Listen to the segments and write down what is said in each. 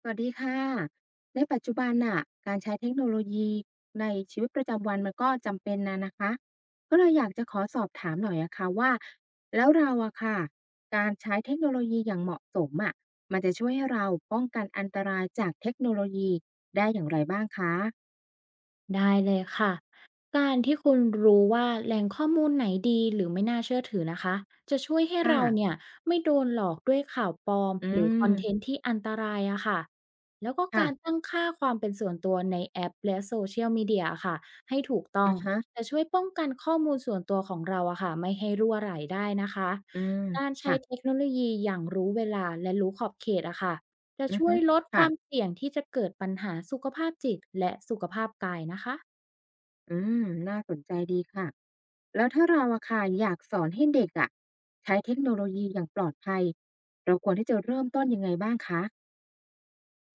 สวัสดีค่ะ ในปัจจุบันน่ะการใช้เทคโนโลยีในชีวิตประจำวันมันก็จำเป็นนะนะคะก็เลยอยากจะขอสอบถามหน่อยอะค่ะว่าแล้วเราอะค่ะการใช้เทคโนโลยีอย่างเหมาะสมอะมันจะช่วยให้เราป้องกันอันตรายจากเทคโนโลยีได้อย่างไรบ้างคะได้เลยค่ะการที่คุณรู้ว่าแหล่งข้อมูลไหนดีหรือไม่น่าเชื่อถือนะคะจะช่วยให้เราเนี่ค่ะยไม่โดนหลอกด้วยข่าวปลอมอืหรือคอนเทนมต์ที่อันตรายอะค่ะแล้วก็ค่ะการตั้งค่าความเป็นส่วนตัวในแอปและโซเชียลมีเดียค่ะให้ถูกต้องอะฮะจะช่วยป้องกันข้อมูลส่วนตัวของเราอะค่ะไม่ให้รั่วไหลได้นะคะอืมการใช้เทค่ะคโนโลยีอย่างรู้เวลาและรู้ขอบเขตอะค่ะ จะอือช่วฮึยลดคค่ะวามเสี่ยงที่จะเกิดปัญหาสุขภาพจิตและสุขภาพกายนะคะ อืมน่าสนใจดีค่ะ แล้วถ้าเราอะค่ะอยากสอนให้เด็กอะใช้เทคโนโลยีอย่างปลอดภัยเราควรที่จะเริ่มต้นยังไงบ้างคะ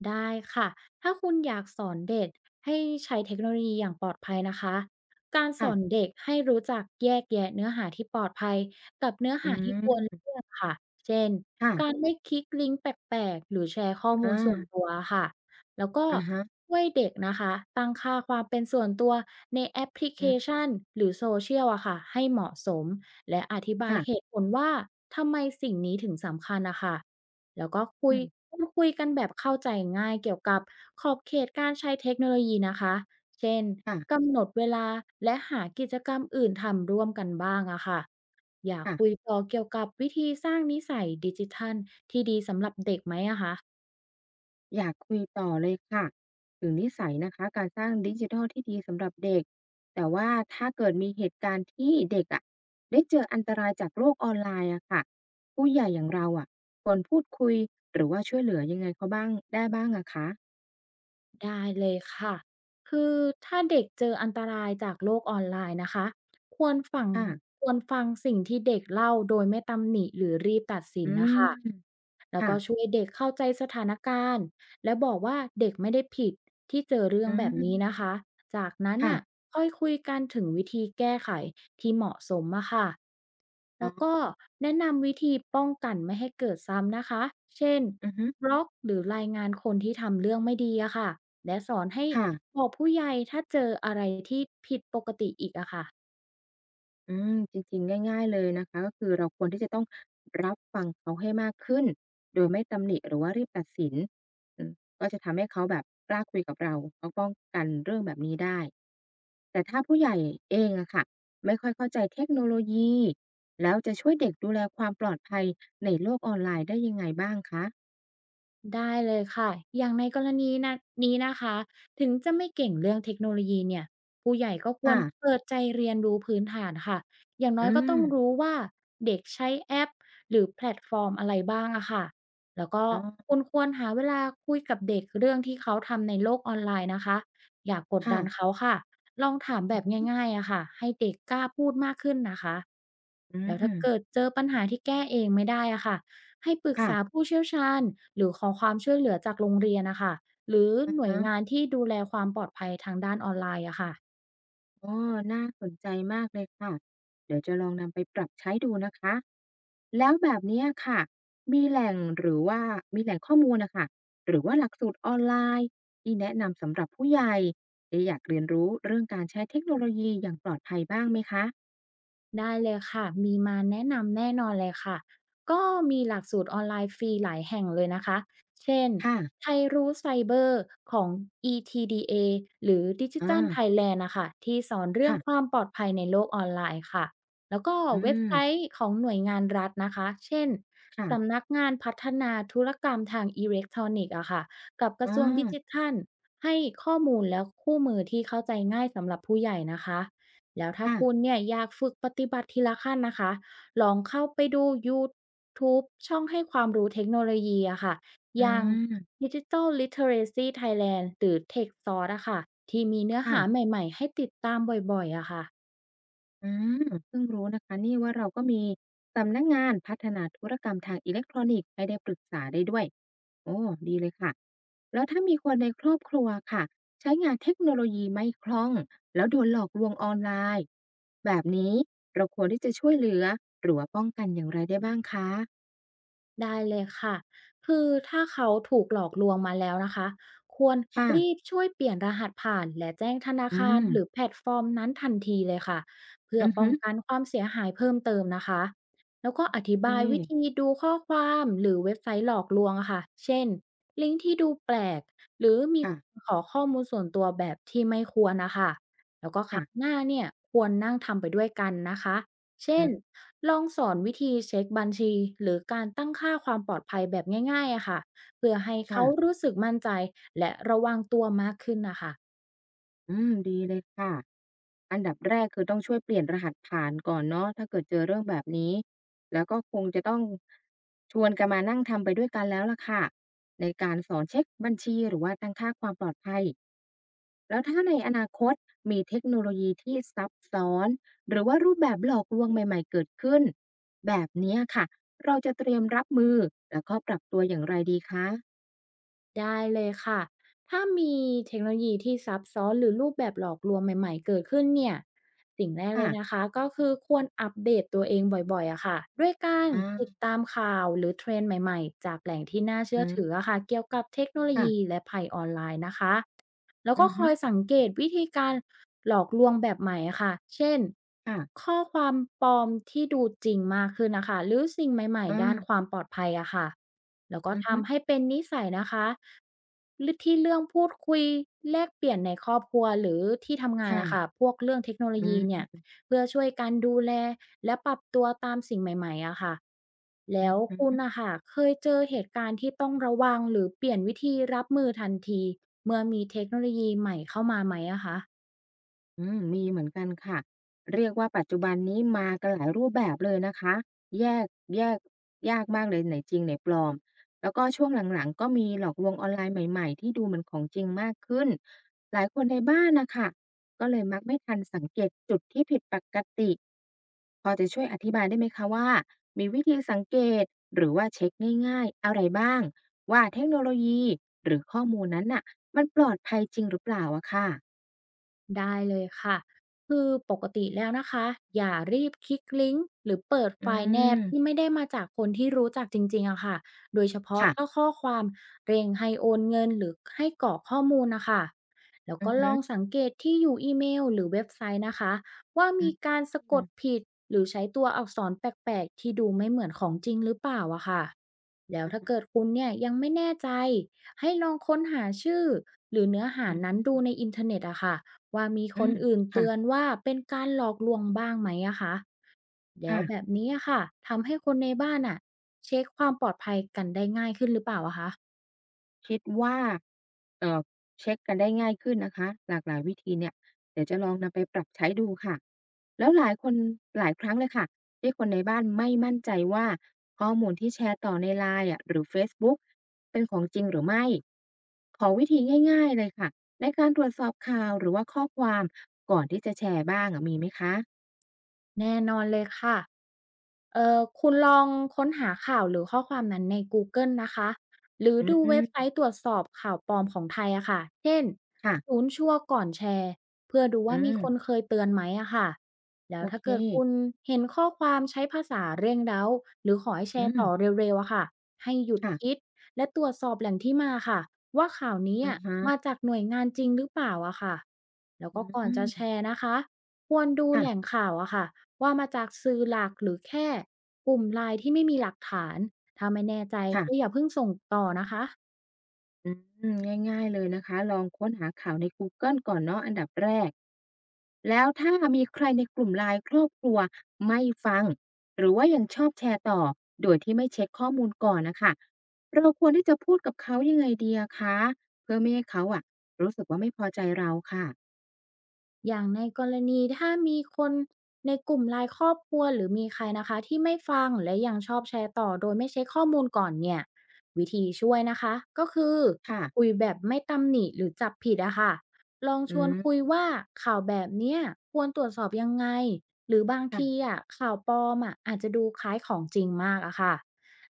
ได้ค่ะ ถ้าคุณอยากสอนเด็กให้ใช้เทคโนโลยีอย่างปลอดภัยนะคะ การสค่ะอนเด็กให้รู้จักแยกแยะเนื้อหาที่ปลอดภัยกับเนื้ออืหาที่ควรมเลี่ยงค่ะ เช่น การค่ะไม่คลิกลิงก์แปลกๆหรือแชร์ข้อมูอาลส่วนตัวค่ะ แล้วก็อะฮะช่วยเด็กนะคะตั้งค่าความเป็นส่วนตัวในแอปพลิเคอืมชันหรือโซเชียลอะค่ะให้เหมาะสมและอธิบายเหค่ะตุผลว่าทำไมสิ่งนี้ถึงสำคัญนะคะ แล้วก็คุอืยมพูดคุยกันแบบเข้าใจง่ายเกี่ยวกับขอบเขตการใช้เทคโนโลยีนะคะ เช่นค่ะกำหนดเวลาและหากิจกรรมอื่นทำร่วมกันบ้างอะค่ะอย่าคุยต่อเกี่ยวกับวิธีสร้างนิสัยดิจิทัล ๆอยากคุยต่อเลยค่ะถึงนิสัยนะคะการสร้างดิจิทัลที่ดีสำหรับเด็กแต่ว่าถ้าเกิดมีเหตุการณ์ที่เด็กอะได้เจออันตรายจากโลกออนไลน์อะค่ะผู้ใหญ่อย่างเราอะควรพูดคุยหรือว่าช่วยเหลือยังไงเขาบ้างได้บ้างอะคะได้เลยค่ะคือถ้าเด็กเจออันตรายจากโลกออนไลน์นะคะควรฟังค่ะควรฟังสิ่งที่เด็กเล่าโดยไม่ตำหนิหรือรีบตัดสิอืนนะม คะแล้วค่ะ ก็ช่วยเด็กเข้าใจสถานการณ์และบอกว่าเด็กไม่ได้ผิดที่เจอเรื่ออืงแบบนี้นะม คะจากนั้นค่ะน่ะค่อยคุยกันถึงวิธีแก้ไขที่เหมาะสมอะค่ะอ๋แล้อวก็แนะนำวิธีป้องกันไม่ให้เกิดซ้ำนะคะเช่นอือฮึบล็อกหรือรายงานคนที่ทำเรื่องไม่ดีอะค่ะ และสอนให้ค่ะ บอกผู้ใหญ่ถ้าเจออะไรที่ผิดปกติอีกอะค่ะ อืมจริงๆง่ายๆ เลยนะคะก็คือเราควรที่จะต้องรับฟังเขาให้มากขึ้น โดยไม่ตำหนิหรือว่ารีบตัดสินอืมก็จะทำให้เขาแบบกล้าคุยกับเราเขาป้องกันเรื่องแบบนี้ได้ แต่ถ้าผู้ใหญ่เองอะค่ะ ไม่ค่อยเข้าใจเทคโนโลยีแล้วจะช่วยเด็กดูแลความปลอดภัยในโลกออนไลน์ได้ยังไงบ้างคะได้เลยค่ะ อย่างในกรณีนะนี้นะคะ ถึงจะไม่เก่งเรื่องเทคโนโลยีเนี่ยผู้ใหญ่ก็ควรค่ะเปิดใจเรียนรู้พื้นฐานค่ะอย่างน้อยอืก็มต้องรู้ว่าเด็กใช้แอปหรือแพลตฟอร์มอะไรบ้างอะค่ะแล้วก็อ๋อคุณควรหาเวลาคุยกับเด็กเรื่องที่เขาทำในโลกออนไลน์นะคะอย่ากกดค่ะดันเขาค่ะลองถามแบบง่ายๆอะค่ะให้เด็กกล้าพูดมากขึ้นนะคะ อืแล้วถ้ามเกิดเจอปัญหาที่แก้เองไม่ได้อะค่ะ ให้ปรึกค่ะษาผู้เชี่ยวชาญหรือขอความช่วยเหลือจากโรงเรียนนะคะหรืออะหน่วยฮะ งานที่ดูแลความปลอดภัยทางด้านออนไลน์อะค่ะ อ๋อน่าสนใจมากเลยค่ะ เดี๋ยวจะลองนำไปปรับใช้ดูนะคะ แล้วแบบเนี้ยค่ะ มีแหล่งหรือว่ามีแหล่งข้อมูลนะคะหรือว่าหลักสูตรออนไลน์ที่แนะนำสำหรับผู้ใหญ่ที่อยากเรียนรู้เรื่องการใช้เทคโนโลยีอย่างปลอดภัยบ้างไหมคะ ได้เลยค่ะ มีมาแนะนำแน่นอนเลยค่ะ ก็มีหลักสูตรออนไลน์ฟรีหลายแห่งเลยนะคะ เช่นค่ะไทยรู้ไซเบอร์ของ ETDA หรือ อ Digital า Thailand นะคะที่สอนเรื่องความค่ะ ปลอดภัยในโลกออนไลน์ค่ะ แล้วก็อืเว็บไซม ต์ของหน่วยงานรัฐนะคะ เช่นค่ะสำนักงานพัฒนาธุรกรรมทางอิเล็กทรอนิกส์อะค่ะกับกระอ๋อทรวงดิจิทัลให้ข้อมูลและคู่มือที่เข้าใจง่ายสำหรับผู้ใหญ่นะคะ แล้วถ้าค่ะคุณเนี่ยอยากฝึกปฏิบัติทีละขั้นนะคะ ลองเข้าไปดู YouTube ช่องให้ความรู้เทคโนโลยีอะค่ะอือย่าง ม Digital Literacy Thailand หรือ t e คซ s o ์สอะค่ะที่มีเนื้อค่ะ หาใหม่ๆให้ติดตามบ่อยๆอะค่ะ อืมเพิ่งรู้นะคะนี่ว่าเราก็มีสำนักงานพัฒนาธุรกรรมทางอิเล็กทรอนิกส์ให้ได้ปรึกษาได้ด้วยโอ้ดีเลยค่ะแล้วถ้ามีคนในครอบครัวค่ะใช้งานเทคโนโลยีไม่คล่องแล้วโดนหลอกลวงออนไลน์แบบนี้เราควรที่จะช่วยเหลือหรือว่าป้องกันอย่างไรได้บ้างคะได้เลยค่ะคือถ้าเขาถูกหลอกลวงมาแล้วนะคะควรค่ะรีบช่วยเปลี่ยนรหัสผ่านและแจ้งธนาอืคารมหรือแพลตฟอร์มนั้นทันทีเลยค่ะ เพื่ออือป้ฮึองกันความเสียหายเพิ่มเติมนะคะแล้วก็อธิโอเบายวิธีคดูข้อความหรือเว็บไซต์หลอกลวงอะค่ะเช่นลิงก์ที่ดูแปลกหรือมีค่ะคนขอข้อมูลส่วนตัวแบบที่ไม่ควรนะคะแล้วก็คๆรั้งหน้าเนี่ยควรนั่งทำไปด้วยกันนะคะ เช่นอาลองสอนวิธีเช็คบัญชีหรือการตั้งค่าความปลอดภัยแบบง่ายๆอะค่ะเพื่อให้เขาค่ะรู้สึกมั่นใจและระวังตัวมากขึ้นนะคะอืมดีเลยค่ะ อันดับแรกคือต้องช่วยเปลี่ยนรหัสผ่านก่อนเนาะถ้าเกิดเจอเรื่องแบบนี้แล้วก็คงจะต้องชวนกันมานั่งทำไปด้วยกันแล้วล่ะค่ะในการสอนเช็คบัญชีหรือว่าตั้งค่าความปลอดภัยแล้วถ้าในอนาคตมีเทคโนโลยีที่ซับซ้อนหรือว่ารูปแบบหลอกลวงใหม่ๆเกิดขึ้นแบบเนี้ยค่ะเราจะเตรียมรับมือแล้วก็ปรับตัวอย่างไรดีคะได้เลยค่ะถ้ามีเทคโนโลยีที่ซับซ้อนหรือรูปแบบหลอกลวงใหม่ๆเกิดขึ้นเนี่ยสิ่งแรกเลค่ะยนะคะก็คือควรอัปเดตตัวเองบ่อยๆอะค่ะด้วยการอาติดตามข่าวหรือเทรนด์ใหม่ๆจากแหล่งที่น่าเชื่อือถือมอะค่ะเกี่ยวกับเทคโนโลยีค่ะและภัยออนไลน์นะคะ แล้วอืก็อคฮึอยสังเกตวิธีการหลอกลวงแบบใหม่อะค่ะเช่นค่ะข้อความปลอมที่ดูจริงมากขึ้นนะคะ หรือสิ่งใหม่อาๆ ด้านความปลอดภัยอะค่ะแล้วก็อือฮึทำให้เป็นนิสัยนะคะหรือที่เรื่องพูดคุยแลกเปลี่ยนในครอบครัวหรือที่ทำงานค่ะนะคะ พวกเรื่องเทคโนโลยีเนี่อืย เพื่อช่วยกันดูแลและปรับตัวตามสิ่งใหม่ๆอะค่ะแล้วคุณม นะค่ะเคยเจอเหตุการณ์ที่ต้องระวังหรือเปลี่ยนวิธีรับมือทันทีเมื่อมีเทคโนโลยีใหม่เข้ามาไหมอะคะ อืมมีเหมือนกันค่ะเรียกว่าปัจจุบันนี้มากันหลายรูปแบบเลยนะคะแยกแยกยากมากเลยไหนจริงไหนปลอมแล้วก็ช่วงหลังๆก็มีหลอกลวงออนไลน์ใหม่ๆที่ดูเหมือนของจริงมากขึ้นหลายคนในบ้านนะคะก็เลยมักไม่ทันสังเกตจุดที่ผิดปกติพอจะช่วยอธิบายได้ไหมคะว่ามีวิธีสังเกตหรือว่าเช็คง่ายๆอะไรบ้างว่าเทคโนโลยีหรือข้อมูลนั้นน่ะมันปลอดภัยจริงหรือเปล่าอะค่ะได้เลยค่ะคือปกติแล้วนะคะอย่ารีบคลิกลิงก์หรือเปิดอืไฟล์แนบม ที่ไม่ได้มาจากคนที่รู้จักจริงๆอะค่ะโดยเฉพาะถ้าค่ะข้อความเร่งให้โอนเงินหรือให้กรอกข้อมูลนะคะแล้วอืก็อลฮึองสังเกตที่อยู่อีเมลหรือเว็บไซต์นะคะว่าอืมีมการสะกดผิดหรือใช้ตัวอักษรแปลกๆที่ดูไม่เหมือนของจริงหรือเปล่าอะค่ะแล้วอะถ้าเกิดฮะคุณเนี่ยยังไม่แน่ใจให้ลองค้นหาชื่อหรือเนื้อหาอืนั้นมดูในอินเทอร์เน็ตอะค่ะ ว่ามีอืคนมอื่นค่ะเตือนว่าเป็นการหลอกลวงบ้างไหมอะคะแล้วแบบค่ะนี้อะค่ะ ทำให้คนในบ้านอะเช็คความปลอดภัยกันได้ง่ายขึ้นหรือเปล่าอะคะ คิดว่าเอ่อเช็กกันได้ง่ายขึ้นนะคะหลากหลายวิธีเนี่ยเดี๋ยวจะลองนำไปปรับใช้ดูค่ะแล้วหลายคนหลายครั้งเลยค่ะที่คนในบ้านไม่มั่นใจว่าข้อมูลที่แชร์ต่อใน LINE อะหรือเฟซบุ๊กเป็นของจริงหรือไม่ขอวิธีง่ายๆเลยค่ะในการตรวจสอบข่าวหรือว่าข้อความก่อนที่จะแชร์บ้างอะมีไหมคะแน่นอนเลยค่ะคุณลองค้นหาข่าวหรือข้อความนั้นใน Google นะคะ หรืออืดูเว็บไซมต์ตรวจสอบข่าวปลอมของไทยอะค่ะเช่นค่ะศูนย์ชั่วร์ก่อนแชร์ เพื่อดูอืว่ามีคนมเคยเตือนไหมอะค่ะ แล้โอวถ้าเคเกิดคุณเห็นข้อความใช้ภาษาเร่งเร้าหรือขอให้แชอืร์ต่อม เร็วๆอะค่ะ ให้หยุดคิค่ะดและตรวจสอบแหล่งที่มาค่ะ ว่าข่าวนี้อะอะฮะมาจากหน่วยงานจริงหรือเปล่าอะค่ะแล้วก็ก่อนอืจะแชมร์นะคะควรดูแหล่งค่ะข่าวอะค่ะ ว่ามาจากสื่อหลักหรือแค่กลุ่มไลน์ที่ไม่มีหลักฐานถ้าไม่แน่ใจก็อค่ะย่าเพิ่งส่งต่อนะคะ อืมง่ายๆ เลยนะคะ ลองค้นหาข่าวในกูเกิลก่อนเนาะอันดับแรกแล้วถ้ามีใครในกลุ่ม LINE ครอบครัวไม่ฟัง หรือว่ายังชอบแชร์ต่อ โดยที่ไม่เช็กข้อมูลก่อนน่ะค่ะเราควรที่จะพูดกับเขายังไงดีอะคะเพื่อไม่ให้เขาอะรู้สึกว่าไม่พอใจเราค่ะ อย่างในกรณีถ้ามีคนในกลุ่มไลาย e ครอบครัวหรือมีใครนะคะที่ไม่ฟังและยังชอบแชร์ต่อโดยไม่เช็คข้อมูลก่อนเนี่ยวิธีช่วยนะคะก็คือค่ะคุยแบบไม่ตำหนิหรือจับผิดอะค่ะลองชอืวนมคุยว่าข่าวแบบเนี้ยควรตรวจสอบยังไงหรือบางค่ะทีอะข่าวปลอมอะอาจจะดูคล้ายของจริงมากอะค่ะ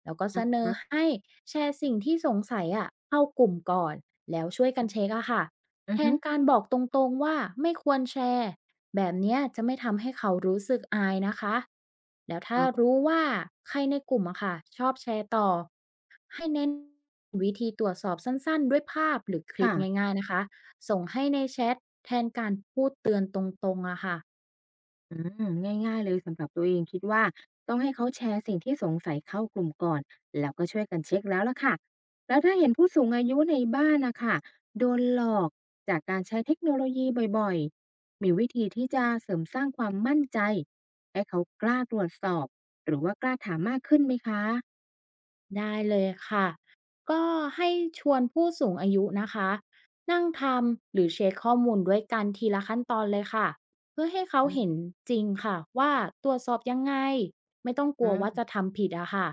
แล้วก็เสอะนอฮะให้แชร์สิ่งที่สงสัยอะเข้ากลุ่มก่อนแล้วช่วยกัอืนอเช็คอะค่ะ อือแทฮึนการบอกตรงๆว่าไม่ควรแชร์แบบเนี้ยจะไม่ทำให้เขารู้สึกอายนะคะแล้วถ้าอ๋อรู้ว่าใครในกลุ่มอะค่ะชอบแชร์ต่อให้เน้นวิธีตรวจสอบสั้นๆด้วยภาพหรือคลิค่ะ ปง่ายๆนะคะส่งให้ในแชทแทนการพูดเตือนตรงๆอะค่ะ อืมง่ายๆเลยสำหรับตัวเองคิดว่าต้องให้เขาแชร์สิ่งที่สงสัยเข้ากลุ่มก่อนแล้วก็ช่วยกันเช็คแล้วล่ะค่ะแล้วถ้าเห็นผู้สูงอายุในบ้านนะคะโดนหลอกจากการใช้เทคโนโลยีบ่อยๆมีวิธีที่จะเสริมสร้างความมั่นใจให้เขากล้าตรวจสอบหรือว่ากล้าถามมากขึ้นไหมคะได้เลยค่ะก็ให้ชวนผู้สูงอายุนะคะนั่งทำหรือเช็คข้อมูลด้วยกันทีละขั้นตอนเลยค่ะเพื่อให้เขาอืเห็นมจริงค่ะว่าตรวจสอบยังไงไม่ต้องกลัวว่าจะอาทำผิดอะค่ะ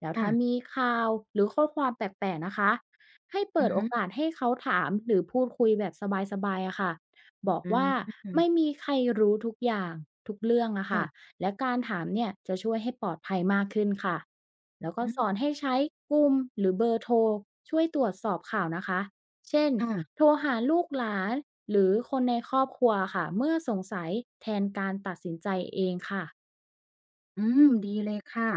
แล้วค่ะถ้ามีข่าวหรือข้อความแปลกๆนะคะให้เปิอือดโอฮึกาสให้เขาถามหรือพูดคุยแบบสบายๆอะค่ะบอกอืว่ามไม่มีใครรู้ทุกอย่างทุกเรื่องอะค่ะ ค่ะและการถามเนี่ยจะช่วยให้ปลอดภัยมากขึ้นค่ะ แล้วก็อืสมอนให้ใช้กลุ่มหรือเบอร์โทรช่วยตรวจสอบข่าวนะคะ เช่นโทรค่ะ หาลูกหลานหรือคนในครอบครัวค่ะเมื่อสงสัยแทนการตัดสินใจเองค่ะอืมดีเลยค่ะ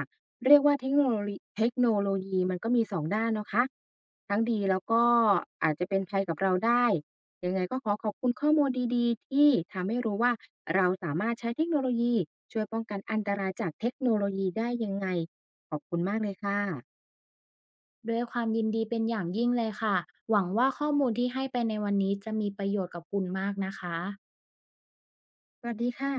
เรียกว่าเทคโนโลยีเทคโนโลยีมันก็มีสองด้านเนาะคะทั้งดีแล้วก็อาจจะเป็นภัยกับเราได้ยังไงก็ขอขอบคุณข้อมูลดีๆที่ทำให้รู้ว่าเราสามารถใช้เทคโนโลยีช่วยป้องกันอันตรายจากเทคโนโลยีได้ยังไงขอบคุณมากเลยค่ะด้วยความยินดีเป็นอย่างยิ่งเลยค่ะหวังว่าข้อมูลที่ให้ไปในวันนี้จะมีประโยชน์กับคุณมากนะคะสวัสดีค่ะ